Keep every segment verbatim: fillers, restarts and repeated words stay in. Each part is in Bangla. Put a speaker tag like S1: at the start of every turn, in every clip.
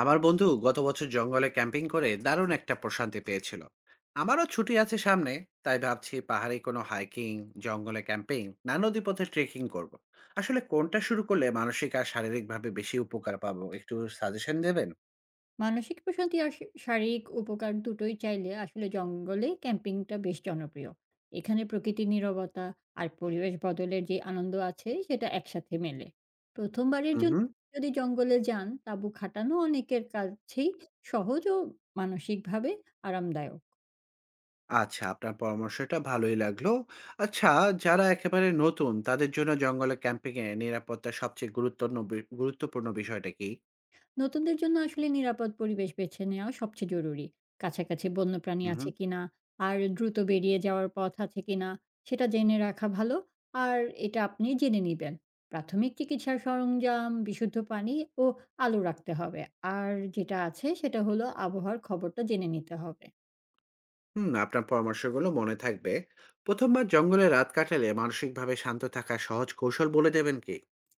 S1: আমার বন্ধু গত বছর জঙ্গলে ক্যাম্পিং করে দারুণ একটা প্রশান্তি পেয়েছিল। আমারও ছুটি আছে সামনে। তাই ভাবছি পাহাড়ে কোনো হাইকিং, জঙ্গলে ক্যাম্পিং না নদীপথে ট্রেকিং করব। আসলে কোনটা শুরু করলে মানসিক আর শারীরিকভাবে বেশি উপকার পাবো একটু সাজেশন দেবেন।
S2: মানসিক প্রশান্তি আর শা- শারীরিক উপকার দুটোই চাইলে আসলে জঙ্গলে ক্যাম্পিংটা বেশ জনপ্রিয়। এখানে প্রকৃতির নীরবতা আর পরিবেশ বদলের যে আনন্দ আছে সেটা একসাথে মেলে। প্রথমবারের
S1: হুম
S2: জন্য
S1: হুম।
S2: যদি জঙ্গলে যান, তাঁবু খাটানো অনেকের কাছেই সহজ ও মানসিকভাবে আরামদায়ক।
S1: আচ্ছা, আপনার পরামর্শটা ভালোই লাগলো। আচ্ছা, যারা একেবারে নতুন তাদের জন্য জঙ্গলে ক্যাম্পিং এ নিরাপত্তা সবচেয়ে গুরুত্বপূর্ণ বি- গুরুত্বপূর্ণ বিষয়টা কি?
S2: নতুনদের জন্য আসলে নিরাপদ পরিবেশ বেছে নেওয়া সবচেয়ে জরুরি। কাছাকাছি বন্যপ্রাণী আছে
S1: হুম।
S2: কিনা আর দ্রুত বেরিয়ে যাওয়ার পথ আছে কিনা সেটা জেনে রাখা ভালো। আর এটা আপনি জেনে নেবেন, প্রাথমিক চিকিৎসার সরঞ্জাম, বিশুদ্ধ পানি ও আলো রাখতে হবে। আর যেটা আছে সেটা হলো আবহাওয়ার খবরটা জেনে নিতে হবে।
S1: হুম, আপনার পরামর্শগুলো মনে থাকবে। প্রথমবার জঙ্গলে রাত কাটালে মানসিকভাবে শান্ত থাকার সহজ কৌশল বলে দেবেন কি?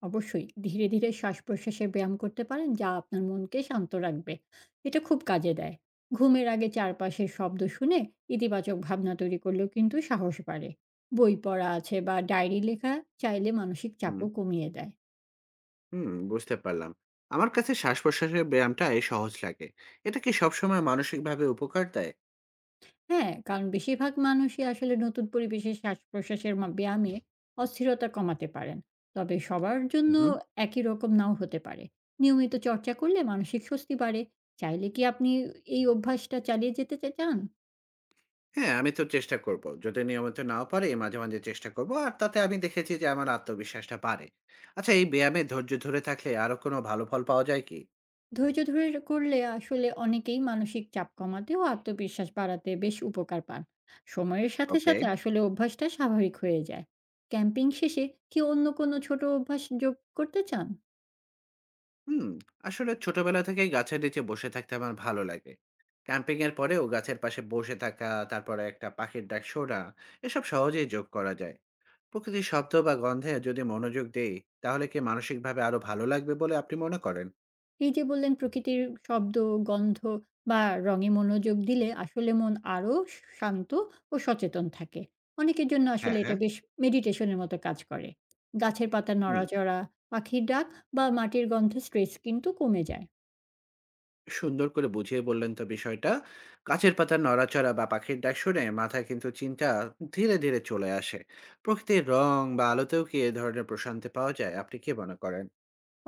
S2: অবশ্যই ধীরে ধীরে শ্বাস প্রশ্বাসে ব্যায়াম করতে পারেন, যা আপনার মনকে শান্ত রাখবে। এটা খুব কাজে দেয়। ঘুমের আগে চারপাশের শব্দ শুনে ইতিবাচক ভাবনা তৈরি করলেও কিন্তু সাহস বাড়ে। বই পড়া আছে বা ডায়েরি লেখা চাইলে মানসিক
S1: হুম।
S2: চাপও কমিয়ে দেয়।
S1: হুম, বুঝতে পারলাম। আমার কাছে শ্বাস প্রশ্বাসের ব্যায়ামটা এই সহজ লাগে। এটা কি সবসময় মানসিকভাবে উপকার দেয়?
S2: হ্যাঁ, কারণ বেশিরভাগ মানুষই আসলে নতুন পরিবেশে শ্বাস প্রশ্বাসের মা- ব্যায়ামে অস্থিরতা কমাতে পারেন। তবে সবার জন্য
S1: হুম।
S2: একই রকম নাও হতে পারে। নিয়মিত চর্চা করলে মানসিক স্বস্তি বাড়ে। চাইলে কি আপনি এই অভ্যাসটা চালিয়ে যেতে চা- চান?
S1: হ্যাঁ, আমি তো চেষ্টা করব। যদি নিয়মিত নাও পারি মাঝে মাঝে চেষ্টা করব, আর তাতে আমি দেখেছি যে আমার আত্মবিশ্বাসটা বাড়ে। আচ্ছা, এই ব্যায়ামে ধৈর্য ধরে থাকলে আরো কোনো ভালো ফল পাওয়া যায় কি?
S2: ধৈর্য ধরে করলে আসলে অনেকেই মানসিক চাপ কমাতে ও আত্মবিশ্বাস বাড়াতে বেশ উপকার পান। সময়ের সাথে
S1: ওকে।
S2: সাথে আসলে অভ্যাসটা স্বাভাবিক হয়ে যায়। ক্যাম্পিং শেষে কি অন্য কোনো ছোট অভ্যাস যোগ করতে চান?
S1: হুম, আসলে ছোটবেলা থেকেই গাছের নিচে বসে থাকতে আমার ভালো লাগে। ক্যাম্পিং এর পরেও গাছের পাশে বসে থাকা, তারপরে একটা পাখির ডাক শোনা, এসব সহজেই যোগ করা যায়। প্রকৃতির শব্দ বা গন্ধে যদি মনোযোগ দেই তাহলে কি মানসিকভাবে আরো ভালো লাগবে বলে আপনি মনে করেন?
S2: এই যে বললেন প্রকৃতির শব্দ, গন্ধ বা রঙে মনোযোগ দিলে আসলে মন আরও শান্ত ও সচেতন থাকে। অনেকের জন্য আসলে
S1: হ্যাঁ
S2: এটা
S1: হ্যাঁ।
S2: বেশ মেডিটেশনের মতো কাজ করে। গাছের পাতা
S1: হুম।
S2: নড়াচড়া, পাখির ডাক বা মাটির গন্ধে স্ট্রেস কিন্তু কমে যায়।
S1: সুন্দর করে বুঝিয়ে বললেন তো বিষয়টা। গাছের পাতার নড়াচড়া বা পাখির ডাক শুনে মাথায় কিন্তু চিন্তা ধীরে ধীরে চলে আসে। প্রকৃতির রং বা আলোতেও কি এ ধরনের প্রশান্তি পাওয়া যায়, আপনি কি মনে করেন?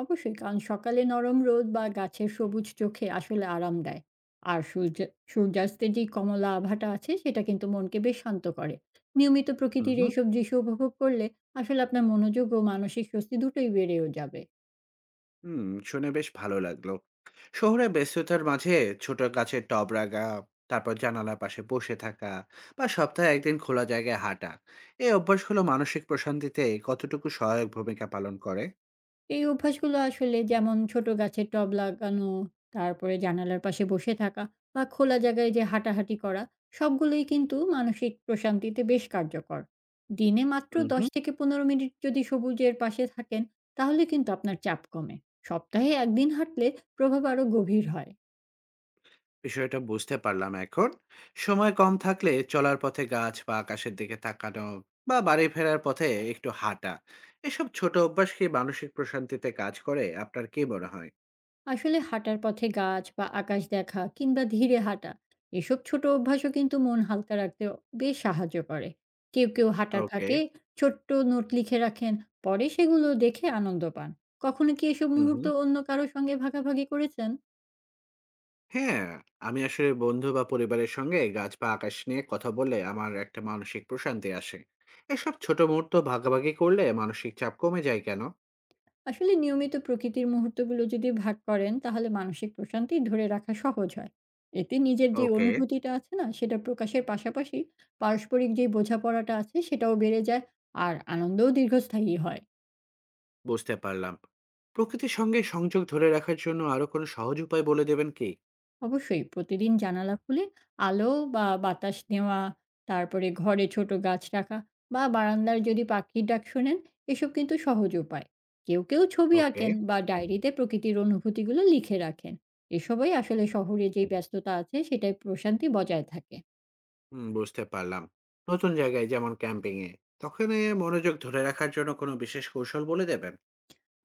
S2: অবশ্যই, কারণ সকালে নরম রোদ বা গাছের সবুজ চোখে আসলে আরাম দেয়। আর সূর্য সূর্যাস্তের যে কমলা আভাটা আছে সেটা কিন্তু মনকে বেশ শান্ত করে। নিয়মিত প্রকৃতির
S1: হুম।
S2: এইসব দৃশ্য উপভোগ করলে আসলে আপনার মনোযোগ ও মানসিক স্বস্তি দুটোই বেড়েও যাবে।
S1: হুম, শুনে বেশ ভালো লাগলো। শহরে ব্যস্ততার মাঝে ছোট গাছের টব রাখা, তারপর জানালার পাশে বসে থাকা বা সপ্তাহে একদিন খোলা জায়গায় হাঁটা, এই অভ্যাসগুলো মানসিক প্রশান্তিতে কতটুকু সহায়ক ভূমিকা পালন করে?
S2: এই অভ্যাসগুলো আসলে, যেমন ছোট গাছের টব লাগানো, তারপরে জানালার পাশে বসে থাকা বা খোলা জায়গায় যে হাঁটাহাঁটি করা, সবগুলোই কিন্তু মানসিক প্রশান্তিতে বেশ কার্যকর। দিনে মাত্র
S1: উম
S2: দশ
S1: হুম।
S2: থেকে পনেরো মিনিট যদি সবুজের পাশে থাকেন, তাহলে কিন্তু আপনার চাপ কমে। সপ্তাহে এক দিন হাঁটলে প্রভাব আরও গভীর হয়।
S1: বিষয়টা বুঝতে পারলাম এখন। সময় কম থাকলে চলার পথে গাছ বা আকাশের দিকে তাকানো বা বাড়ি ফেরার পথে একটু হাঁটা, এসব ছোট অভ্যাস কি মানসিক প্রশান্তিতে কাজ করে? আপনার কি মনে হয়?
S2: আসলে হাঁটার পথে গাছ বা আকাশ দেখা, কিংবা ধীরে হাঁটা, এসব ছোট অভ্যাসও কিন্তু মন হালকা রাখতে বেশ সাহায্য করে। কেউ কেউ হাঁটার
S1: ওকে।
S2: ফাঁকে ছোট্ট নোট লিখে রাখেন, পরে সেগুলো দেখে আনন্দ পান। কখনো কি এসব
S1: হুম,
S2: মুহূর্ত
S1: হুম।
S2: অন্য কারো সঙ্গে ভাগাভাগি করেছেন?
S1: হ্যাঁ, আমি আসলে বন্ধু বা পরিবারের সঙ্গে গাছ বা আকাশ নিয়ে কথা বললে আমার একটা মানসিক প্রশান্তি আসে। এসব ছোট মুহূর্ত ভাগাভাগি করলে মানসিক চাপ কমে যায় কেন?
S2: আসলে নিয়মিত প্রকৃতির মুহূর্তগুলো যদি ভাগ করেন, তাহলে মানসিক প্রশান্তি ধরে রাখা সহজ হয়। এতে নিজের যে
S1: ওকে,
S2: অনুভূতিটা আছে না সেটা প্রকাশের পাশাপাশি পারস্পরিক যে বোঝাপড়াটা আছে সেটাও বেড়ে যায়, আর আনন্দও দীর্ঘস্থায়ী হয়।
S1: বুঝতে পারলাম। প্রকৃতির সঙ্গে সংযোগ ধরে রাখার জন্য আরো কোনো সহজ উপায় বলে দেবেন কি?
S2: অবশ্যই, প্রতিদিন জানালা খুলে আলো বা বাতাস নেওয়া, তারপরে ঘরে ছোট গাছ রাখা বা বারান্দার যদি পাখির ডাক শোনেন, এসব কিন্তু সহজ উপায়। কেউ কেউ ছবি
S1: ওকে।
S2: আঁকেন বা ডায়েরিতে প্রকৃতির অনুভূতিগুলো লিখে রাখেন। এসবই আসলে শহরে যে ব্যস্ততা আছে সেটাই প্রশান্তি বজায় থাকে।
S1: হুম, বুঝতে পারলাম। নতুন জায়গায় যেমন ক্যাম্পিং এ, তখন এ মনোযোগ ধরে রাখার জন্য কোনো বিশেষ কৌশল বলে দেবেন?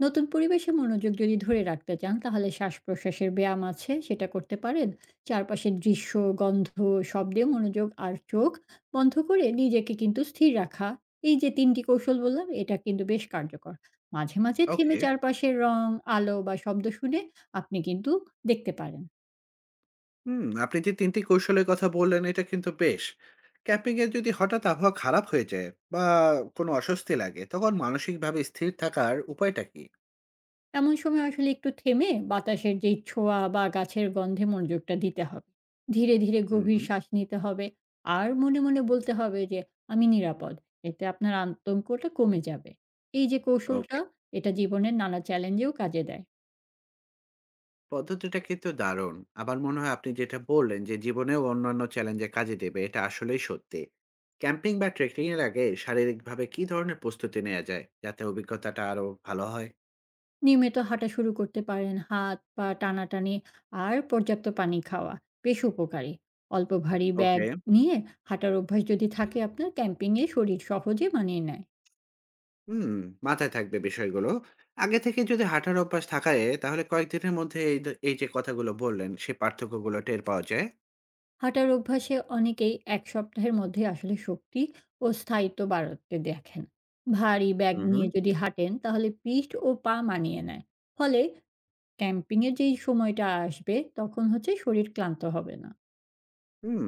S2: নতুন পরিবেশে মনোযোগ যদি ধরে রাখতে চান, তাহলে শ্বাস প্রশ্বাসের ব্যায়াম আছে সেটা করতে পারেন। চারপাশের দৃশ্য, গন্ধ, শব্দে মনোযোগ আর চোখ বন্ধ করে নিজেকে কিন্তু স্থির রাখা, এই যে তিনটি কৌশল বললাম, এটা কিন্তু বেশ কার্যকর। মাঝে মাঝে থেমে
S1: ওকে।
S2: চারপাশের রং, আলো বা শব্দ শুনে আপনি কিন্তু দেখতে পারেন।
S1: হুম, আপনি যে তিন টি কৌশলের কথা বললেন এটা কিন্তু বেশ। ক্যাম্পিং এ যদি হঠাৎ আবহাওয়া খারাপ হয়ে যায় বা কোনো অস্বস্তি লাগে তখন মানসিকভাবে স্থির থাকার উপায়টা কি?
S2: এমন সময় আসলে একটু থেমে বাতাসের যেই ছোঁয়া বা গাছের গন্ধে মনোযোগটা দিতে হবে। ধীরে, ধীরে
S1: হুম,
S2: গভীর
S1: হুম।
S2: শ্বাস নিতে হবে। আর মনে, মনে বলতে হবে যে, "আমি নিরাপদ।" এতে আপনার আতঙ্কটা কমে যাবে। এই যে কৌশলটা,
S1: ওকে,
S2: এটা জীবনের নানা চ্যালেঞ্জেও কাজে দেয়।
S1: পদ্ধতিটা কিন্তু দারুণ। আমার মনে হয় আপনি যেটা বললেন যে জীবনেও অন্যান্য চ্যালেঞ্জে কাজে দেবে এটা আসলেই সত্যি। ক্যাম্পিং বা ট্রেকিং এর আগে শারীরিকভাবে কি ধরনের প্রস্তুতি নেওয়া যায় যাতে অভিজ্ঞতাটা আরো ভালো হয়?
S2: নিয়মিত হাঁটা শুরু করতে পারেন। হাত, পা টানাটানি আর পর্যাপ্ত পানি খাওয়া বেশ উপকারী। অল্প ভারী ব্যাগ
S1: ওকে।
S2: নিয়ে হাঁটার অভ্যাস যদি থাকে আপনার, ক্যাম্পিংয়ে শরীর সহজে মানিয়ে নেয়।
S1: হুম, মাথায় থাকবে বিষয়গুলো। আগে থেকে যদি হাঁটার অভ্যাস থাকায় তাহলে কয়েকদিনের মধ্যে এই দ এই যে কথাগুলো বললেন সে পার্থক্যগুলো টের পাওয়া যায়।
S2: হাঁটার অভ্যাসে অনেকেই এক সপ্তাহের মধ্যে আসলে শক্তি ও স্থায়িত্ব বাড়তে দেখেন। ভারী ব্যাগ
S1: হু, হু।
S2: নিয়ে যদি হাঁটেন তাহলে পিঠ ও পা মানিয়ে নেয়, ফলে ক্যাম্পিংয়ের যেই সময়টা আসবে তখন হচ্ছে শরীর ক্লান্ত হবে না।
S1: হুম,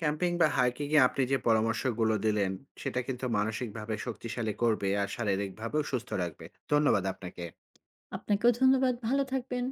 S1: ক্যাম্পিং বা হাইকিং এ আপনি যে পরামর্শগুলো দিলেন সেটা কিন্তু মানসিকভাবে শক্তিশালী করবে আর শারীরিকভাবেও সুস্থ রাখবে। ধন্যবাদ আপনাকে।
S2: আপনাকেও ধন্যবাদ, ভালো থাকবেন।